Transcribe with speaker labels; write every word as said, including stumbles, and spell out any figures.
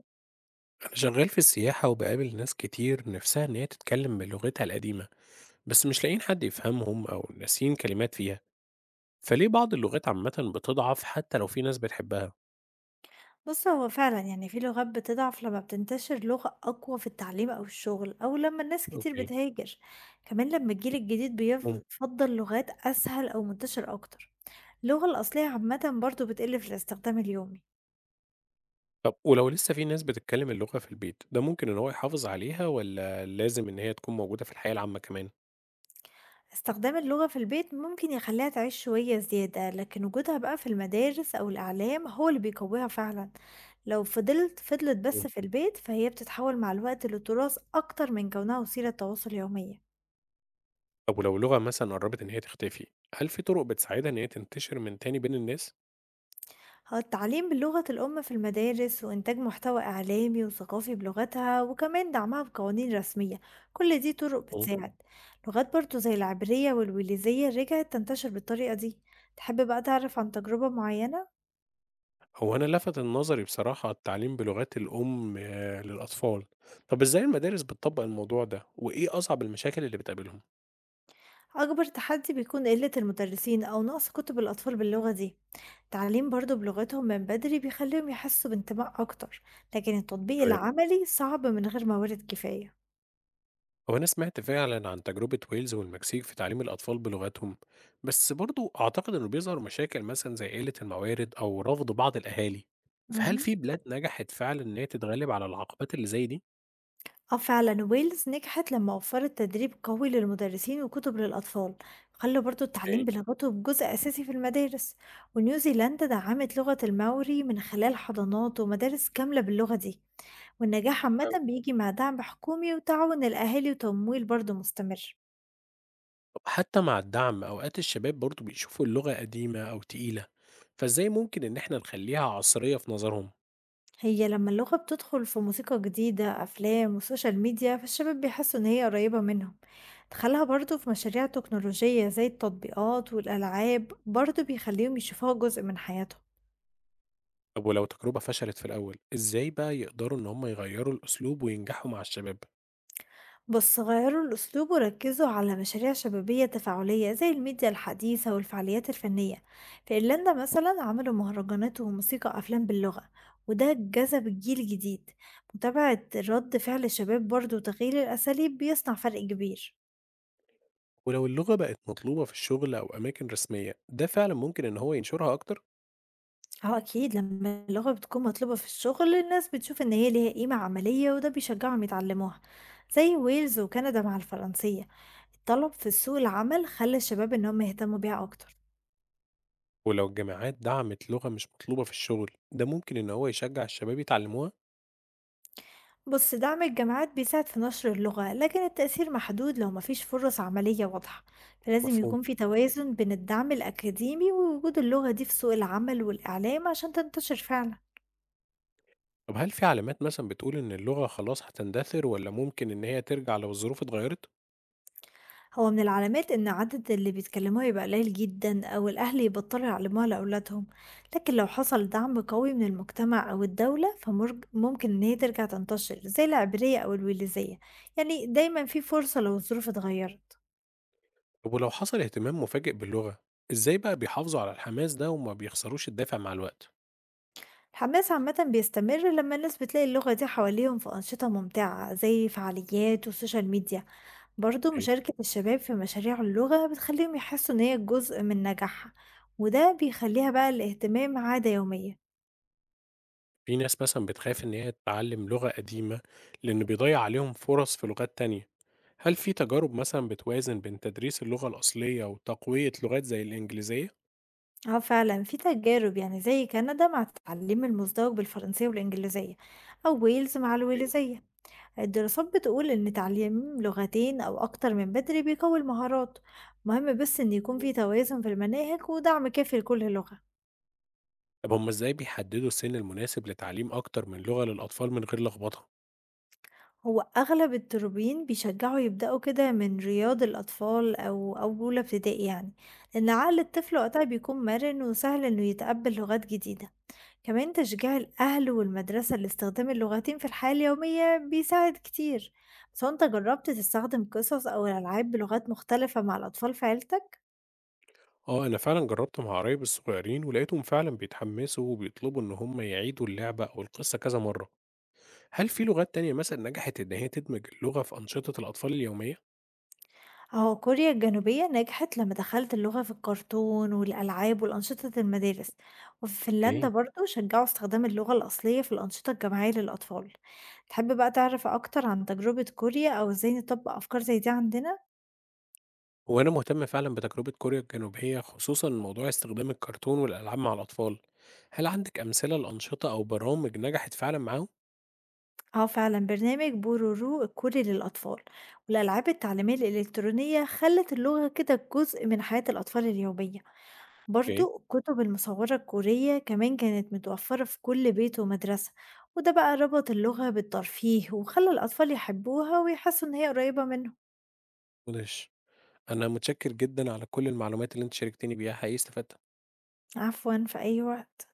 Speaker 1: أنا شغال في السياحة وبقابل ناس كتير نفسها إن هي تتكلم بلغتها القديمة، بس مش لاقيين حد يفهمهم أو ناسيين كلمات فيها. فليه بعض اللغات عامة بتضعف حتى لو في ناس بتحبها؟
Speaker 2: بُص، هو فعلًا يعني في لغات بتضعف لمّا بتنتشر لغة أقوى في التعليم أو الشغل، أو لمّا الناس كتير
Speaker 1: أوكي.
Speaker 2: بتهاجر، كمان لمّا الجيل الجديد
Speaker 1: مم.
Speaker 2: بيفضّل لغات أسهل أو منتشرة أكتر. اللغة الأصلية عامةً برضه بتقل في الاستخدام اليومي،
Speaker 1: طب ولو لسه في ناس بتتكلم اللغة في البيت، ده ممكن إن هو يحافظ عليها ولا لازم إن هي تكون موجودة في الحياة العامة كمان؟
Speaker 2: استخدام اللغة في البيت ممكن يخلّيها تعيش شوية زيادة، لكن وجودها بقى في المدارس أو الإعلام هو اللي بيقويها فعلًا. لو فضلت فضلت
Speaker 1: مم.
Speaker 2: بس في البيت، فهي بتتحول مع الوقت لتراث أكتر من كونها وسيلة تواصل يومية.
Speaker 1: طب ولو اللغة مثلا قربت إن هي تختفي، هل في طرق بتساعدها إن هي تنتشر من تاني بين الناس؟
Speaker 2: هو التعليم بلغة الأم في المدارس وإنتاج محتوى إعلامي وثقافي بلغتها وكمان دعمها بقوانين رسمية، كل دي طرق بتساعد. لغات برضو زي العبرية والويليزية رجعت تنتشر بالطريقة دي. تحب بقى تعرف عن تجربة معينة؟
Speaker 1: هو أنا لَفَت نظري بصراحة التعليم بلغات الأم آه، للأطفال. طب إزاي المدارس بتطبّق الموضوع ده، وإيه أصعب المشاكل اللي بتقابلهم؟
Speaker 2: أكبر تحدي بيكون قلة المدرسين أو نقص كتب الأطفال باللغة دي. التعليم برضو بلغتهم من بدري بيخليهم يحسوا بانتماء أكتر، لكن التطبيق
Speaker 1: تمام.
Speaker 2: العملي صعب من غير موارد كفاية.
Speaker 1: هو أنا سمعت فعلًا عن تجربة ويلز والمكسيك في تعليم الأطفال بلغتهم، بس برضه أعتقد إنه بيظهر مشاكل مثلًا زي قِلّة الموارد أو رفض بعض الأهالي. فهل
Speaker 2: مهم.
Speaker 1: في بلاد نجحت فعلًا إن هي تتغلب على العقبات اللي زي دي؟
Speaker 2: آه فعلًا، ويلز نجحت لمّا وفّرت تدريب قوي للمدرسين وكُتب للأطفال، وخلّوا برضه
Speaker 1: أوكي.
Speaker 2: التعليم بلغتهم جزء أساسي في المدارس، ونيوزيلندا دعّمت لغة الماوري من خلال حضانات ومدارس كاملة باللغة دي، والنجاح عامةً
Speaker 1: فاهمك.
Speaker 2: بييجي مع دعم حكومي وتعاون الأهالي وتمويل برضه مستمر.
Speaker 1: طب حتى مع الدعم أوقات الشباب برضه بيشوفوا اللغة قديمة أو تقيلة، فإزاي ممكن إن إحنا نخلّيها عصرية في نظرهم؟
Speaker 2: هي لما اللغة بتدخل في موسيقى جديدة أفلام وسوشيال ميديا، فالشباب بيحسوا إن هي قريبة منهم. دخلها برضو في مشاريع تكنولوجية زي التطبيقات والألعاب برضو بيخليهم يشوفوها جزء من حياتهم.
Speaker 1: طب ولو تجربة فشلت في الأول، إزاي بقى يقدروا إن هم يغيّروا الأسلوب وينجحوا مع الشباب؟
Speaker 2: بس غيروا الأسلوب وركزوا على مشاريع شبابية تفاعلية زي الميديا الحديثة والفعاليات الفنية. في إيرلندا مثلا عملوا مهرجانات وموسيقى أفلام باللغة، وده جذب الجيل الجديد. متابعة رد فعل الشباب برضو وتغيير الأساليب بيصنع فرق كبير.
Speaker 1: ولو اللغة بقت مطلوبة في الشغل أو أماكن رسمية، ده فعلًا ممكن إن هو ينشرها أكتر؟
Speaker 2: اه اكيد، لما اللغة بتكون مطلوبة في الشغل الناس بتشوف ان هي ليها قيمة عملية وده بيشجعهم يتعلموها. زي ويلز وكندا مع الفرنسية، الطلب في سوق العمل خلى الشباب ان هم يهتموا بيها اكتر.
Speaker 1: ولو الجامعات دعمت لغة مش مطلوبة في الشغل، ده ممكن إن هو يشجع الشباب يتعلموها؟
Speaker 2: بص، دعم الجامعات بيساعد في نشر اللغة لكن التأثير محدود لو مفيش فرص عملية واضحة. فلازم
Speaker 1: مفهوم.
Speaker 2: يكون في توازن بين الدعم الأكاديمي ووجود اللغة دي في سوق العمل والإعلام عشان تنتشر فعلا.
Speaker 1: طب هل في علامات مثلًا بتقول إن اللغة خلاص هتندثر ولا ممكن إن هي ترجع لو الظروف اتغيّرت؟
Speaker 2: هو من العلامات إن عدد اللي بيتكلموها يبقى قليل جدا أو الأهل يبطلوا يعلموها لأولادهم، لكن لو حصل دعم قوي من المجتمع أو الدولة فممكن إن هي ترجع تنتشر زي العبرية أو الويليزية. يعني دايما في فرصة لو الظروف اتغيرت.
Speaker 1: طب ولو حصل اهتمام مفاجئ باللغة، إزاي بقى بيحافظوا على الحماس ده وما بيخسروش الدافع مع الوقت؟
Speaker 2: الحماس عامة بيستمر لما الناس بتلاقي اللغة دي حواليهم في أنشطة ممتعة زي فعاليات وسوشيال ميديا. برضو مشاركة الشباب في مشاريع اللغة بتخليهم يحسوا إن هي جزء من نجاحها، وده بيخليها بقى الاهتمام عادة يومية.
Speaker 1: في ناس مثلًا بتخاف إن هي تتعلم لغة قديمة، لإنه بيضيّع عليهم فرص في لغات تانية. هل في تجارب مثلًا بتوازن بين تدريس اللغة الأصلية وتقوية لغات زي الإنجليزية؟
Speaker 2: آه فعلا في تجارب يعني زي كندا مع تعليم المزدوج بالفرنسية والإنجليزية، أو ويلز مع الويلزية. الدراسات بتقول إن تعليم لغتين أو أكتر من بدري بيقوي المهارات. مهم بس إن يكون في توازن في المناهج ودعم كافي لكل لغة.
Speaker 1: طب هم إزاي بيحددوا السن المناسب لتعليم أكتر من لغة للأطفال من غير لخبطة؟
Speaker 2: هو أغلب التربيين بيشجعوا يبدأوا كده من رياض الأطفال أو أو أولى ابتدائي، يعني لأن عقل الطفل وقتها بيكون مرن وسهل إنه يتقبل لغات جديدة. كمان تشجيع الأهل والمدرسة لاستخدام اللغتين في الحياة اليومية بيساعد كتير. بس هو انت جربت تستخدم قصص أو ألعاب بلغات مختلفة مع الأطفال في عيلتك؟
Speaker 1: آه، أنا فعلًا جربت مع قرايب الصغيرين ولقيتهم فعلًا بيتحمسوا وبيطلبوا إن هم يعيدوا اللعبة أو القصة كذا مرة. هل في لغات تانية مثلًا نجحت إن هي تدمج اللغة في أنشطة الأطفال اليومية؟
Speaker 2: أهو كوريا الجنوبية نجحت لما دخلت اللغة في الكرتون والألعاب والأنشطة المدارس، وفي فنلندا
Speaker 1: إيه.
Speaker 2: برضو شجعوا استخدام اللغة الأصلية في الأنشطة الجماعية للأطفال. تحب بقى تعرف أكتر عن تجربة كوريا أو ازاي نطبق أفكار زي دي عندنا؟
Speaker 1: هو أنا مهتم فعلا بتجربة كوريا الجنوبية، خصوصا موضوع استخدام الكرتون والألعاب مع الأطفال. هل عندك أمثلة لأنشطة أو برامج نجحت فعلا معاهم؟
Speaker 2: اه فعلا، برنامج بورورو الكوري للأطفال والألعاب التعليمية الإلكترونية خلت اللغة كده جزء من حياة الأطفال اليومية.
Speaker 1: اوكي.
Speaker 2: برضو الكتب المصورة الكورية كمان كانت متوفرة في كل بيت ومدرسة، وده بقى ربط اللغة بالترفيه وخلى الأطفال يحبوها ويحسوا إن هي قريبة منهم.
Speaker 1: مدهش. أنا متشكر جدا على كل المعلومات اللي أنت شاركتني بيها، حقيقي استفدت.
Speaker 2: عفوا، في أي وقت.